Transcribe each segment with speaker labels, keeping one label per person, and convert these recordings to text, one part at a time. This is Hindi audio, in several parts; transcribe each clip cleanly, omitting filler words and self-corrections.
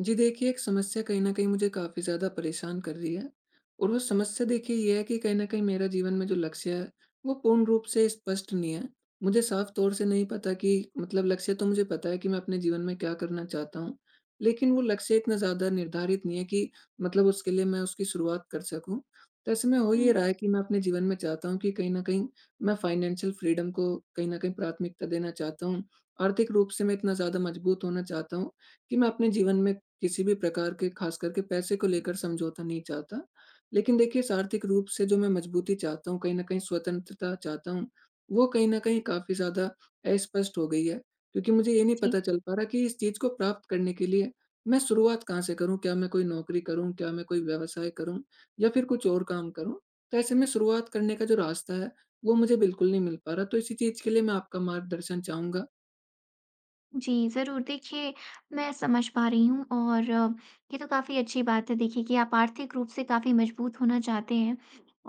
Speaker 1: जी देखिए, एक समस्या कहीं न कहीं मुझे काफ़ी ज़्यादा परेशान कर रही है। और वो समस्या देखिए ये है कि कहीं न कहीं मेरा जीवन में जो लक्ष्य है, वो पूर्ण रूप से स्पष्ट नहीं है। मुझे साफ़ तौर से नहीं पता कि मतलब लक्ष्य तो मुझे पता है कि मैं अपने जीवन में क्या करना चाहता हूँ, लेकिन वो लक्ष्य इतना ज़्यादा निर्धारित नहीं है कि मतलब उसके लिए मैं उसकी शुरुआत कर सकूँ। तो ऐसे में हो ये
Speaker 2: हुँ,
Speaker 1: रहा है कि मैं अपने जीवन में चाहता हूँ कि कहीं न कहीं मैं फाइनेंशियल फ्रीडम को कहीं न कहीं प्राथमिकता देना चाहता हूँ। आर्थिक रूप से मैं इतना ज़्यादा मजबूत होना चाहता हूँ कि मैं अपने जीवन में किसी भी प्रकार के खास करके पैसे को लेकर समझौता नहीं चाहता। लेकिन देखिए इस आर्थिक रूप से जो मैं मजबूती चाहता हूँ, कहीं न कहीं स्वतंत्रता चाहता हूँ, वो कहीं न कहीं काफ़ी ज़्यादा अस्पष्ट हो गई है। क्योंकि मुझे ये नहीं
Speaker 2: जी।
Speaker 1: पता चल पा रहा कि इस चीज़ को प्राप्त करने के लिए मैं शुरुआत कहाँ से करूँ? क्या मैं कोई नौकरी करूँ? क्या मैं कोई व्यवसाय करूँ? या फिर कुछ और काम करूँ? तो ऐसे में शुरुआत करने का जो रास्ता है, वो मुझे बिल्कुल नहीं मिल पा रहा। तो इसी चीज़ के लिए मैं आपका मार्गदर्शन चाहूँगा।
Speaker 2: जी, ज़रूर। देखिए, मैं समझ पा रही हूँ और ये तो काफ़ी अच्छी बात है देखिए कि आप आर्थिक रूप से काफ़ी मजबूत होना चाहते हैं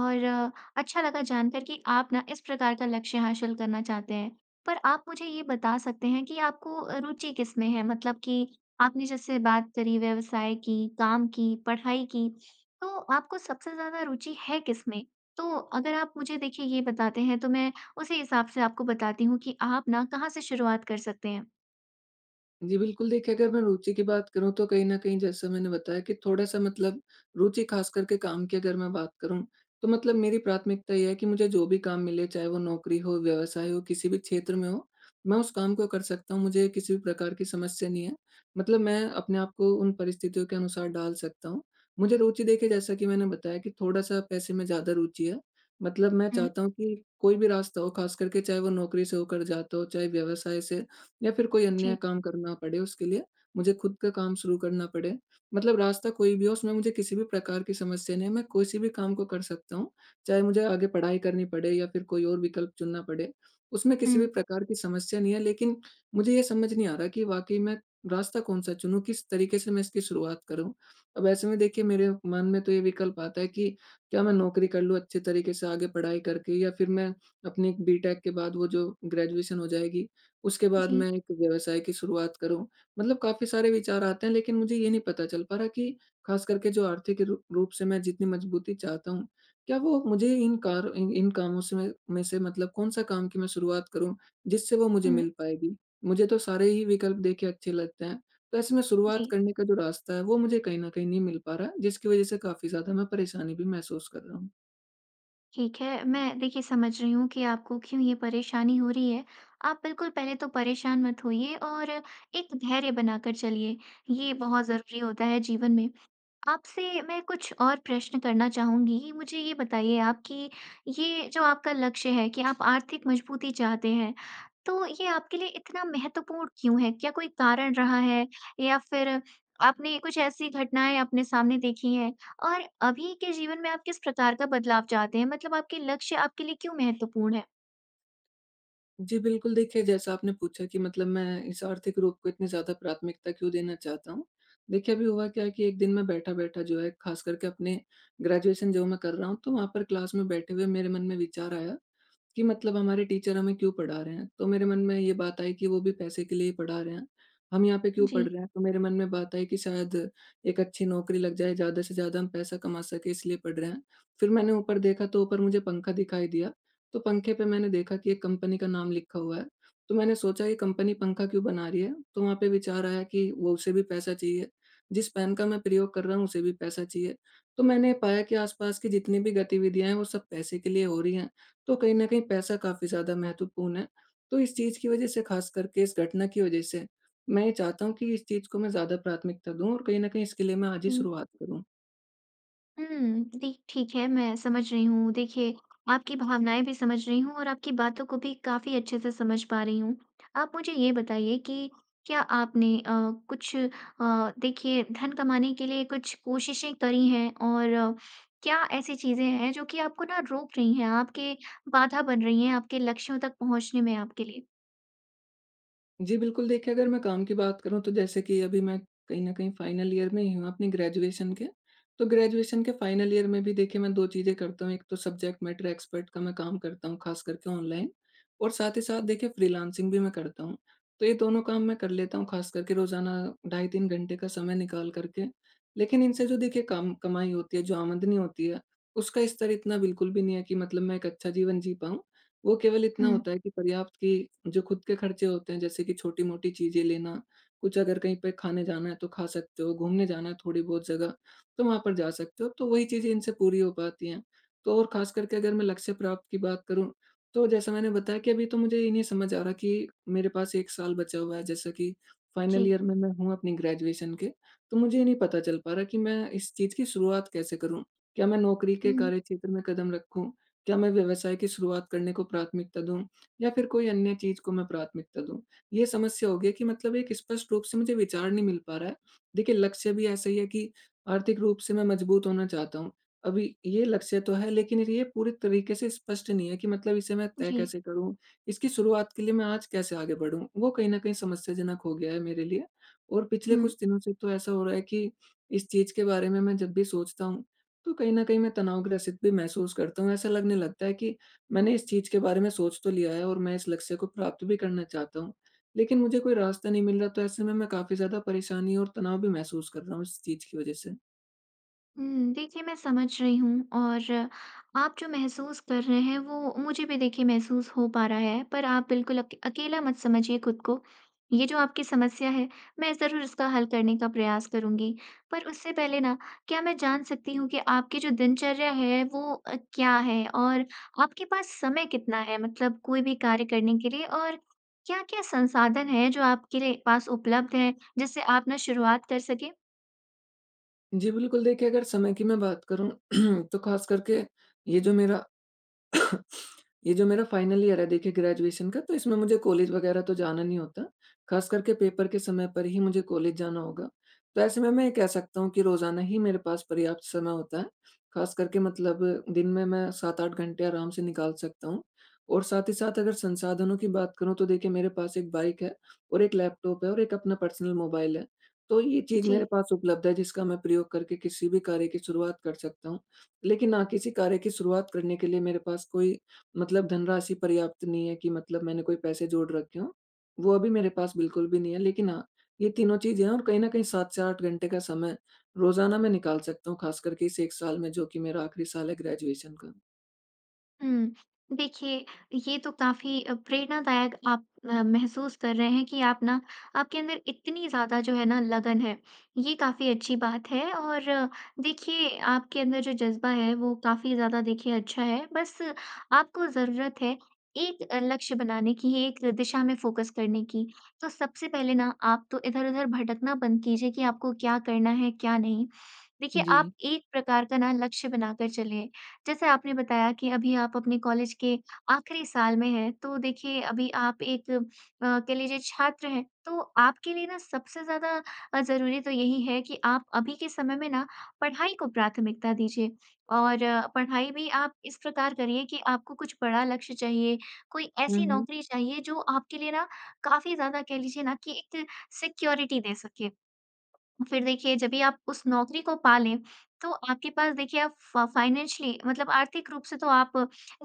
Speaker 2: और अच्छा लगा जानकर कि आप ना इस प्रकार का लक्ष्य हासिल करना चाहते हैं। पर आप मुझे ये बता सकते हैं कि आपको रुचि किसमें है? मतलब कि आपने जैसे बात करी व्यवसाय की, काम की, पढ़ाई की, तो आपको सबसे ज़्यादा रुचि है किसमें? तो अगर आप मुझे देखिए ये बताते हैं, तो मैं उसी हिसाब से आपको बताती हूँ कि आप ना कहाँ से शुरुआत कर सकते हैं।
Speaker 1: जी, बिल्कुल देखिए, अगर मैं रुचि की बात करूँ तो कहीं न कहीं जैसा मैंने बताया कि थोड़ा-सा मतलब रुचि ख़ास करके काम की अगर मैं बात करूँ, तो मतलब मेरी प्राथमिकता ये है कि मुझे जो भी काम मिले, चाहे वो नौकरी हो, व्यवसाय हो, किसी भी क्षेत्र में हो, मैं उस काम को कर सकता हूँ, मुझे किसी भी प्रकार की समस्या नहीं है। मतलब मैं अपने आप को उन परिस्थितियों के अनुसार डाल सकता हूँ। मुझे रुचि देखिए जैसा कि मैंने बताया कि थोड़ा-सा पैसे में ज़्यादा रुचि है। मतलब मैं
Speaker 2: हुँ,
Speaker 1: चाहता हूँ कि कोई भी रास्ता हो, ख़ास करके चाहे वो नौकरी से होकर जाता हो, चाहे व्यवसाय से या फिर कोई अन्य
Speaker 2: जी।
Speaker 1: काम करना पड़े उसके लिए, मुझे खुद का काम शुरू करना पड़े, मतलब रास्ता कोई भी हो उसमें मुझे किसी भी प्रकार की समस्या नहीं है, मैं किसी भी काम को कर सकता हूँ। चाहे मुझे आगे पढ़ाई करनी पड़े या फिर कोई और विकल्प चुनना पड़े, उसमें किसी भी
Speaker 2: हुँ,
Speaker 1: प्रकार की समस्या नहीं है, लेकिन मुझे ये समझ नहीं आ रहा कि वाक़ई मैं रास्ता कौन-सा चुनूँ, किस तरीके से मैं इसकी शुरुआत करूँ? अब ऐसे में देखिए मेरे मन में तो ये विकल्प आता है कि क्या मैं नौकरी कर लूँ अच्छे तरीके से आगे पढ़ाई करके, या फिर मैं अपनी बीटेक के बाद वो जो ग्रेजुएशन हो जाएगी, उसके बाद
Speaker 2: जी।
Speaker 1: मैं एक व्यवसाय की शुरुआत करूँ। मतलब काफ़ी सारे विचार आते हैं, लेकिन मुझे ये नहीं पता चल पा रहा कि ख़ास करके जो आर्थिक रू रूप से मैं जितनी मजबूती चाहता हूँ, क्या वो मुझे इन कार इन इन कामों से में से मतलब कौन-सा काम की मैं शुरुआत करूँ, जिससे वो मुझे
Speaker 2: हुँ,
Speaker 1: मिल पाएगी? मुझे तो सारे ही विकल्प देखिए अच्छे लगते हैं। तो ऐसे में शुरुआत
Speaker 2: जी।
Speaker 1: करने का जो रास्ता है, वो मुझे कहीं न कहीं नहीं मिल पा रहा है, जिसकी वज़ह से काफ़ी ज़्यादा मैं परेशानी भी महसूस कर रहा हूँ।
Speaker 2: ठीक है, मैं देखिए समझ रही हूँ कि आपको क्यों ये परेशानी हो रही है। आप बिल्कुल पहले तो परेशान मत होइए और एक धैर्य बनाकर चलिए, ये बहुत ज़रूरी होता है जीवन में। आपसे मैं कुछ और प्रश्न करना चाहूँगी। मुझे ये बताइए आप कि ये जो आपका लक्ष्य है कि आप आर्थिक मजबूती चाहते हैं, तो ये आपके लिए इतना महत्वपूर्ण क्यों है? क्या कोई कारण रहा है या फिर आपने कुछ ऐसी घटनाएँ अपने सामने देखी हैं? और अभी के जीवन में आप किस प्रकार का बदलाव चाहते हैं? मतलब आपके लक्ष्य आपके लिए क्यों महत्वपूर्ण है?
Speaker 1: जी, बिल्कुल देखिए, जैसा आपने पूछा कि मतलब मैं इस आर्थिक रूप को इतनी ज़्यादा प्राथमिकता क्यों देना चाहता हूँ। देखिए, अभी हुआ क्या है कि एक दिन मैं बैठा-बैठा, जो है ख़ास करके अपने ग्रेजुएशन जो मैं कर रहा हूँ, तो वहाँ पर क्लास में बैठे हुए मेरे मन में विचार आया कि मतलब हमारे टीचर हमें क्यों पढ़ा रहे हैं? तो मेरे मन में ये बात आई कि वो भी पैसे के लिए ही पढ़ा रहे हैं। हम यहाँ पे क्यों
Speaker 2: जी।
Speaker 1: पढ़ रहे हैं? तो मेरे मन में बात आई कि शायद एक अच्छी नौकरी लग जाए, ज़्यादा से ज़्यादा हम पैसा कमा सकें, इसलिए पढ़ रहे हैं। फिर मैंने ऊपर देखा, तो ऊपर मुझे पंखा दिखाई दिया, तो पंखे पे मैंने देखा कि एक कंपनी का नाम लिखा हुआ है। तो मैंने सोचा ये कंपनी पंखा क्यों बना रही है? तो वहाँ पे विचार आया कि वो उसे भी पैसा चाहिए, जिस पेन का मैं प्रयोग कर रहा हूँ उसे भी पैसा चाहिए। तो मैंने पाया कि आसपास की जितनी भी गतिविधियाँ हैं वो सब पैसे के लिए हो रही हैं। तो कहीं न कहीं पैसा काफ़ी ज़्यादा महत्वपूर्ण है। तो इस चीज़ की वज़ह से, ख़ास करके इस घटना की वज़ह से, मैं ये चाहता हूँ कि इस चीज़ को मैं ज़्यादा प्राथमिकता दूँ और कहीं न कहीं इसके लिए मैं आज ही शुरुआत करूँ।
Speaker 2: हुँ, देख ठीक है, मैं समझ रही हूँ। देखिए, आपकी भावनाएँ भी समझ रही हूँ और आपकी बातों को भी काफ़ी अच्छे से समझ पा रही हूँ। आप मुझे ये बताइए कि क्या आपने कुछ देखिए धन कमाने के लिए कुछ कोशिशें करी हैं और क्या ऐसी चीज़ें हैं जो कि आपको ना रोक रही हैं, आपके बाधा बन रही हैं आपके लक्ष्यों तक पहुँचने में आपके लिए?
Speaker 1: जी, बिल्कुल देखिए, अगर मैं काम की बात करूँ तो जैसे कि अभी मैं कहीं न कहीं फाइनल ईयर में ही हूँ अपनी ग्रेजुएशन के। तो ग्रेजुएशन के फाइनल ईयर में भी देखिए मैं 2 चीज़ें करता हूँ, एक तो सब्जेक्ट मैटर एक्सपर्ट का मैं काम करता हूँ ख़ास करके ऑनलाइन, और साथ ही साथ देखिए फ्रीलांसिंग भी मैं करता हूँ। तो ये दोनों काम मैं कर लेता हूँ, ख़ास करके रोज़ाना ढाई 3 घंटे का समय निकाल कर के। लेकिन इनसे जो देखिए काम कमाई होती है, जो आमदनी होती है, उसका स्तर इतना बिल्कुल भी नहीं है कि मतलब मैं एक अच्छा जीवन जी पाऊँ। वो केवल इतना
Speaker 2: हुँ,
Speaker 1: होता है कि पर्याप्त कि जो खुद के खर्चे होते हैं, जैसे कि छोटी-मोटी चीज़ें लेना, कुछ अगर कहीं पे खाने जाना है तो खा सकते हो, घूमने जाना है थोड़ी बहुत जगह, तो वहाँ पर जा सकते हो, तो वही चीज़ें इनसे पूरी हो पाती हैं। तो और ख़ास करके अगर मैं लक्ष्य प्राप्त की बात करूँ, तो जैसा मैंने बताया कि अभी तो मुझे ये नहीं समझ आ रहा कि मेरे पास 1 साल बचा हुआ है, जैसा कि
Speaker 2: जी।
Speaker 1: फाइनल ईयर में मैं हूँ अपनी ग्रेजुएशन के, तो मुझे ये नहीं पता चल पा रहा कि मैं इस चीज़ की शुरुआत कैसे करूँ? क्या मैं नौकरी के
Speaker 2: हुँ,
Speaker 1: कार्यक्षेत्र में कदम रखूँ? क्या मैं व्यवसाय की शुरुआत करने को प्राथमिकता दूँ या फिर कोई अन्य चीज़ को मैं प्राथमिकता दूँ? ये समस्या हो गई है कि मतलब एक स्पष्ट रूप से मुझे विचार नहीं मिल पा रहा है। देखिए लक्ष्य भी ऐसा ही है कि आर्थिक रूप से मैं मजबूत होना चाहता हूँ। अभी ये लक्ष्य तो है, लेकिन ये पूरे तरीके से स्पष्ट नहीं है कि मतलब इसे मैं तय
Speaker 2: जी।
Speaker 1: कैसे करूँ? इसकी शुरुआत के लिए मैं आज कैसे आगे बढ़ूँ? वो कहीं न कहीं समस्याजनक हो गया है मेरे लिए, और पिछले
Speaker 2: हुँ।
Speaker 1: कुछ दिनों से तो ऐसा हो रहा है कि इस चीज़ के बारे में मैं जब भी सोचता हूँ तो कहीं न कहीं मैं तनावग्रसित भी महसूस करता हूँ। ऐसा लगने लगता है कि मैंने इस चीज़ के बारे में सोच तो लिया है और मैं इस लक्ष्य को प्राप्त भी करना चाहता हूँ, लेकिन मुझे कोई रास्ता नहीं मिल रहा, तो ऐसे में मैं काफ़ी ज़्यादा परेशानी और तनाव भी महसूस कर रहा हूँ इस चीज़ की वज़ह से।
Speaker 2: हुँ, देखिए मैं समझ रही हूँ और आप जो महसूस कर रहे हैं वो मुझे भी देखिए महसूस हो पा रहा है। पर आप बिल्कुल अक अकेला मत समझिए खुद को। ये जो आपकी समस्या है, मैं ज़रूर इसका हल करने का प्रयास करूँगी। पर उससे पहले ना क्या मैं जान सकती हूँ कि आपकी जो दिनचर्या है वो क्या है? और आपके पास समय कितना है मतलब कोई भी कार्य करने के लिए? और क्या-क्या संसाधन हैं जो आपके लिए पास उपलब्ध हैं जिससे आप ना शुरुआत कर सकें?
Speaker 1: जी, बिल्कुल देखिए, अगर समय की मैं बात करूँ तो ख़ास करके ये जो मेरा ये जो मेरा फाइनल ईयर है देखिए ग्रेजुएशन का, तो इसमें मुझे कॉलेज वगैरह तो जाना नहीं होता। ख़ास करके पेपर के समय पर ही मुझे कॉलेज जाना होगा। तो ऐसे में मैं ये कह सकता हूँ कि रोज़ाना ही मेरे पास पर्याप्त समय होता है। ख़ास करके मतलब दिन में मैं 7-8 घंटे आराम से निकाल सकता हूँ। और साथ ही साथ अगर संसाधनों की बात करूँ तो देखिए मेरे पास एक बाइक है और एक लैपटॉप है और एक अपना पर्सनल मोबाइल है। तो ये चीज़
Speaker 2: जी।
Speaker 1: मेरे पास उपलब्ध है जिसका मैं प्रयोग करके किसी भी कार्य की शुरुआत कर सकता हूँ। लेकिन ना किसी कार्य की शुरुआत करने के लिए मेरे पास कोई मतलब धनराशि पर्याप्त नहीं है कि मतलब मैंने कोई पैसे जोड़ रखे हों, वो अभी मेरे पास बिल्कुल भी नहीं है। लेकिन हाँ, ये तीनों चीज़ें हैं और कहीं न कहीं 7 से 8 घंटे का समय रोज़ाना मैं निकाल सकता हूँ, खास करके इस 1 साल में जो कि मेरा आखिरी साल है ग्रेजुएशन का।
Speaker 2: हुँ। देखिए, ये तो काफ़ी प्रेरणादायक आप महसूस कर रहे हैं कि आप ना आपके अंदर इतनी ज़्यादा जो है ना लगन है, ये काफ़ी अच्छी बात है और देखिए आपके अंदर जो जज़्बा है वो काफ़ी ज़्यादा देखिए अच्छा है। बस आपको ज़रूरत है एक लक्ष्य बनाने की, एक दिशा में फ़ोकस करने की। तो सबसे पहले ना आप तो इधर-उधर भटकना बंद कीजिए कि आपको क्या करना है, क्या नहीं। देखिए,
Speaker 1: जी।
Speaker 2: आप एक प्रकार का ना लक्ष्य बनाकर चलें जैसे आपने बताया कि अभी आप अपने कॉलेज के आखिरी साल में हैं, तो देखिए अभी आप एक कह लीजिए छात्र हैं, तो आपके लिए ना सबसे ज़्यादा ज़रूरी तो यही है कि आप अभी के समय में ना पढ़ाई को प्राथमिकता दीजिए और पढ़ाई भी आप इस प्रकार करिए कि आपको कुछ बड़ा लक्ष्य चाहिए, कोई
Speaker 1: हुँ,
Speaker 2: ऐसी
Speaker 1: हुँ।
Speaker 2: नौकरी चाहिए जो आपके लिए ना काफ़ी ज़्यादा कह लीजिए ना कि एक सिक्योरिटी दे सके। फिर देखिए जब भी आप उस नौकरी को पा लें, तो आपके पास देखिए आप फ़ फाइनेंशियली मतलब आर्थिक रूप से तो आप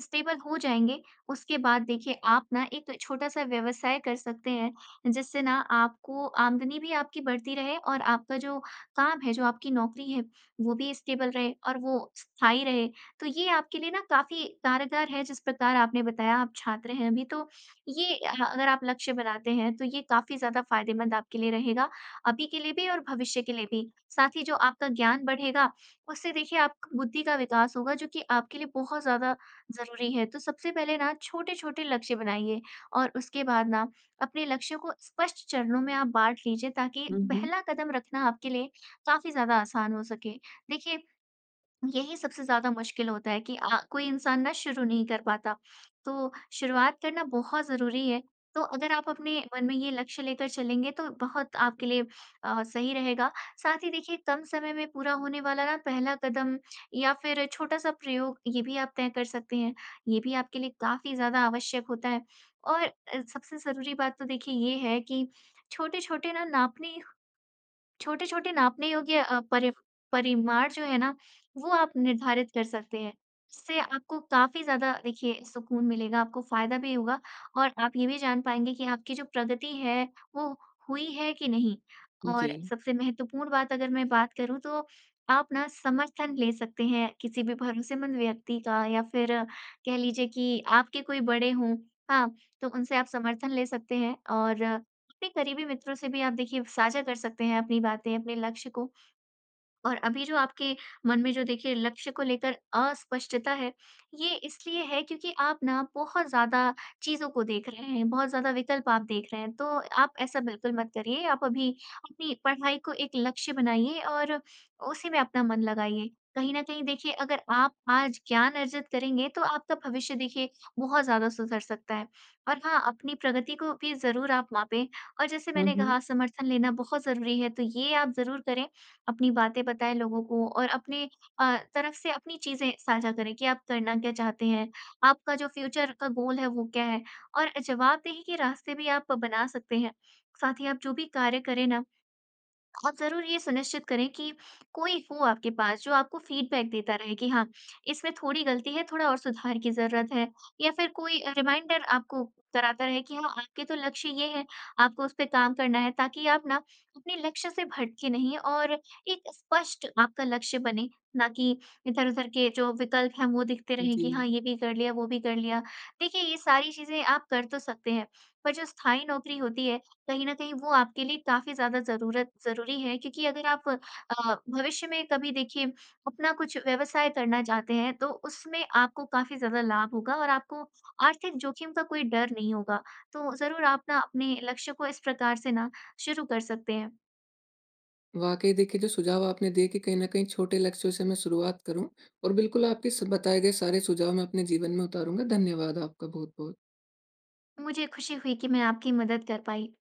Speaker 2: स्टेबल हो जाएँगे। उसके बाद देखिए आप ना एक छोटा-सा व्यवसाय कर सकते हैं जिससे ना आपको आमदनी भी आपकी बढ़ती रहे और आपका जो काम है, जो आपकी नौकरी है, वो भी स्टेबल रहे और वो स्थायी रहे। तो ये आपके लिए ना काफ़ी कारगर है जिस प्रकार आपने बताया आप छात्र हैं अभी तो ये अगर आप लक्ष्य बनाते हैं तो ये काफ़ी ज़्यादा फ़ायदेमंद आपके लिए रहेगा। अभी के लिए भी और भविष्य के लिए भी। साथ ही जो आपका ज्ञान बढ़ेगा, उससे देखिए आप बुद्धि का विकास होगा जो कि आपके लिए बहुत ज़्यादा ज़रूरी है। तो सबसे पहले ना छोटे-छोटे लक्ष्य बनाइए और उसके बाद ना अपने लक्ष्यों को स्पष्ट चरणों में आप बाँट लीजिए ताकि
Speaker 1: हुँ, हुँ।
Speaker 2: पहला कदम रखना आपके लिए काफ़ी ज़्यादा आसान हो सके। देखिए यही सबसे ज़्यादा मुश्किल होता है कि कोई इंसान ना शुरू नहीं कर पाता। तो शुरुआत करना बहुत ज़रूरी है। तो अगर आप अपने मन में ये लक्ष्य लेकर चलेंगे तो बहुत आपके लिए सही रहेगा। साथ ही देखिए कम समय में पूरा होने वाला ना पहला कदम या फिर छोटा-सा प्रयोग ये भी आप तय कर सकते हैं। ये भी आपके लिए काफ़ी ज़्यादा आवश्यक होता है। और सबसे ज़रूरी बात तो देखिए ये है कि छोटे-छोटे ना नापने छोटे-छोटे नापने योग्य परिमाण जो है ना, वो आप निर्धारित कर सकते हैं। इससे आपको काफ़ी ज़्यादा देखिए सुकून मिलेगा, आपको फ़ायदा भी होगा और आप ये भी जान पाएँगे कि आपकी जो प्रगति है, वो हुई है कि नहीं। और
Speaker 1: जी।
Speaker 2: सबसे महत्वपूर्ण बात अगर मैं बात करूँ तो आप ना समर्थन ले सकते हैं किसी भी भरोसेमंद व्यक्ति का या फिर कह लीजिए कि आपके कोई बड़े हों, हाँ, तो उनसे आप समर्थन ले सकते हैं और अपने करीबी मित्रों से भी आप देखिए साझा कर सकते हैं अपनी बातें, अपने लक्ष्य को। और अभी जो आपके मन में जो देखिए लक्ष्य को लेकर अस्पष्टता है, ये इसलिए है क्योंकि आप ना बहुत ज़्यादा चीज़ों को देख रहे हैं, बहुत ज़्यादा विकल्प आप देख रहे हैं। तो आप ऐसा बिल्कुल मत करिए, आप अभी अपनी पढ़ाई को एक लक्ष्य बनाइए और उसी में अपना मन लगाइए। कहीं न कहीं देखिए अगर आप आज ज्ञान अर्जित करेंगे तो आपका भविष्य देखिए बहुत ज़्यादा सुधर सकता है। और हाँ, अपनी प्रगति को भी ज़रूर आप मापें और जैसे
Speaker 1: हुँ,
Speaker 2: मैंने
Speaker 1: हुँ।
Speaker 2: कहा समर्थन लेना बहुत ज़रूरी है, तो ये आप ज़रूर करें अपनी बातें बताएँ लोगों को और अपने तरफ से अपनी चीज़ें साझा करें कि आप करना क्या चाहते हैं, आपका जो फ्यूचर का गोल है वो क्या है और जवाबदेही के रास्ते भी आप बनाना सकते हैं। साथ ही आप जो भी कार्य करें ना आप ज़रूर ये सुनिश्चित करें कि कोई हो आपके पास जो आपको फीडबैक देता रहे कि हाँ, इसमें थोड़ी गलती है, थोड़ा और सुधार की ज़रूरत है या फिर कोई रिमाइंडर आपको कराता रहे कि हाँ, आपके तो लक्ष्य ये है, आपको उस पे काम करना है ताकि आप ना अपने लक्ष्य से भटके नहीं और एक स्पष्ट आपका लक्ष्य बने, ना कि इधर-उधर के जो विकल्प हैं वो दिखते रहें
Speaker 1: जी।
Speaker 2: कि हाँ, ये भी कर लिया, वो भी कर लिया। देखिए, ये सारी चीज़ें आप कर तो सकते हैं, पर जो स्थायी नौकरी होती है कहीं न कहीं वो आपके लिए काफ़ी ज़्यादा ज़रूरत ज़रूरी है क्योंकि अगर आप भविष्य में कभी देखिए अपना कुछ व्यवसाय करना चाहते हैं, तो उसमें आपको काफ़ी ज़्यादा लाभ होगा और आपको आर्थिक जोखिम का कोई डर नहीं होगा। तो ज़रूर आप ना अपने लक्ष्य को इस प्रकार से ना शुरू कर सकते हैं।
Speaker 1: वाक़ई देखिए जो सुझाव आपने दिए कि कहीं न कहीं छोटे लक्ष्यों से मैं शुरुआत करूँ, और बिल्कुल आपके स बताए गए सारे सुझाव मैं अपने जीवन में उतारूँगा। धन्यवाद आपका बहुत-बहुत।
Speaker 2: मुझे खुशी हुई कि मैं आपकी मदद कर पाई।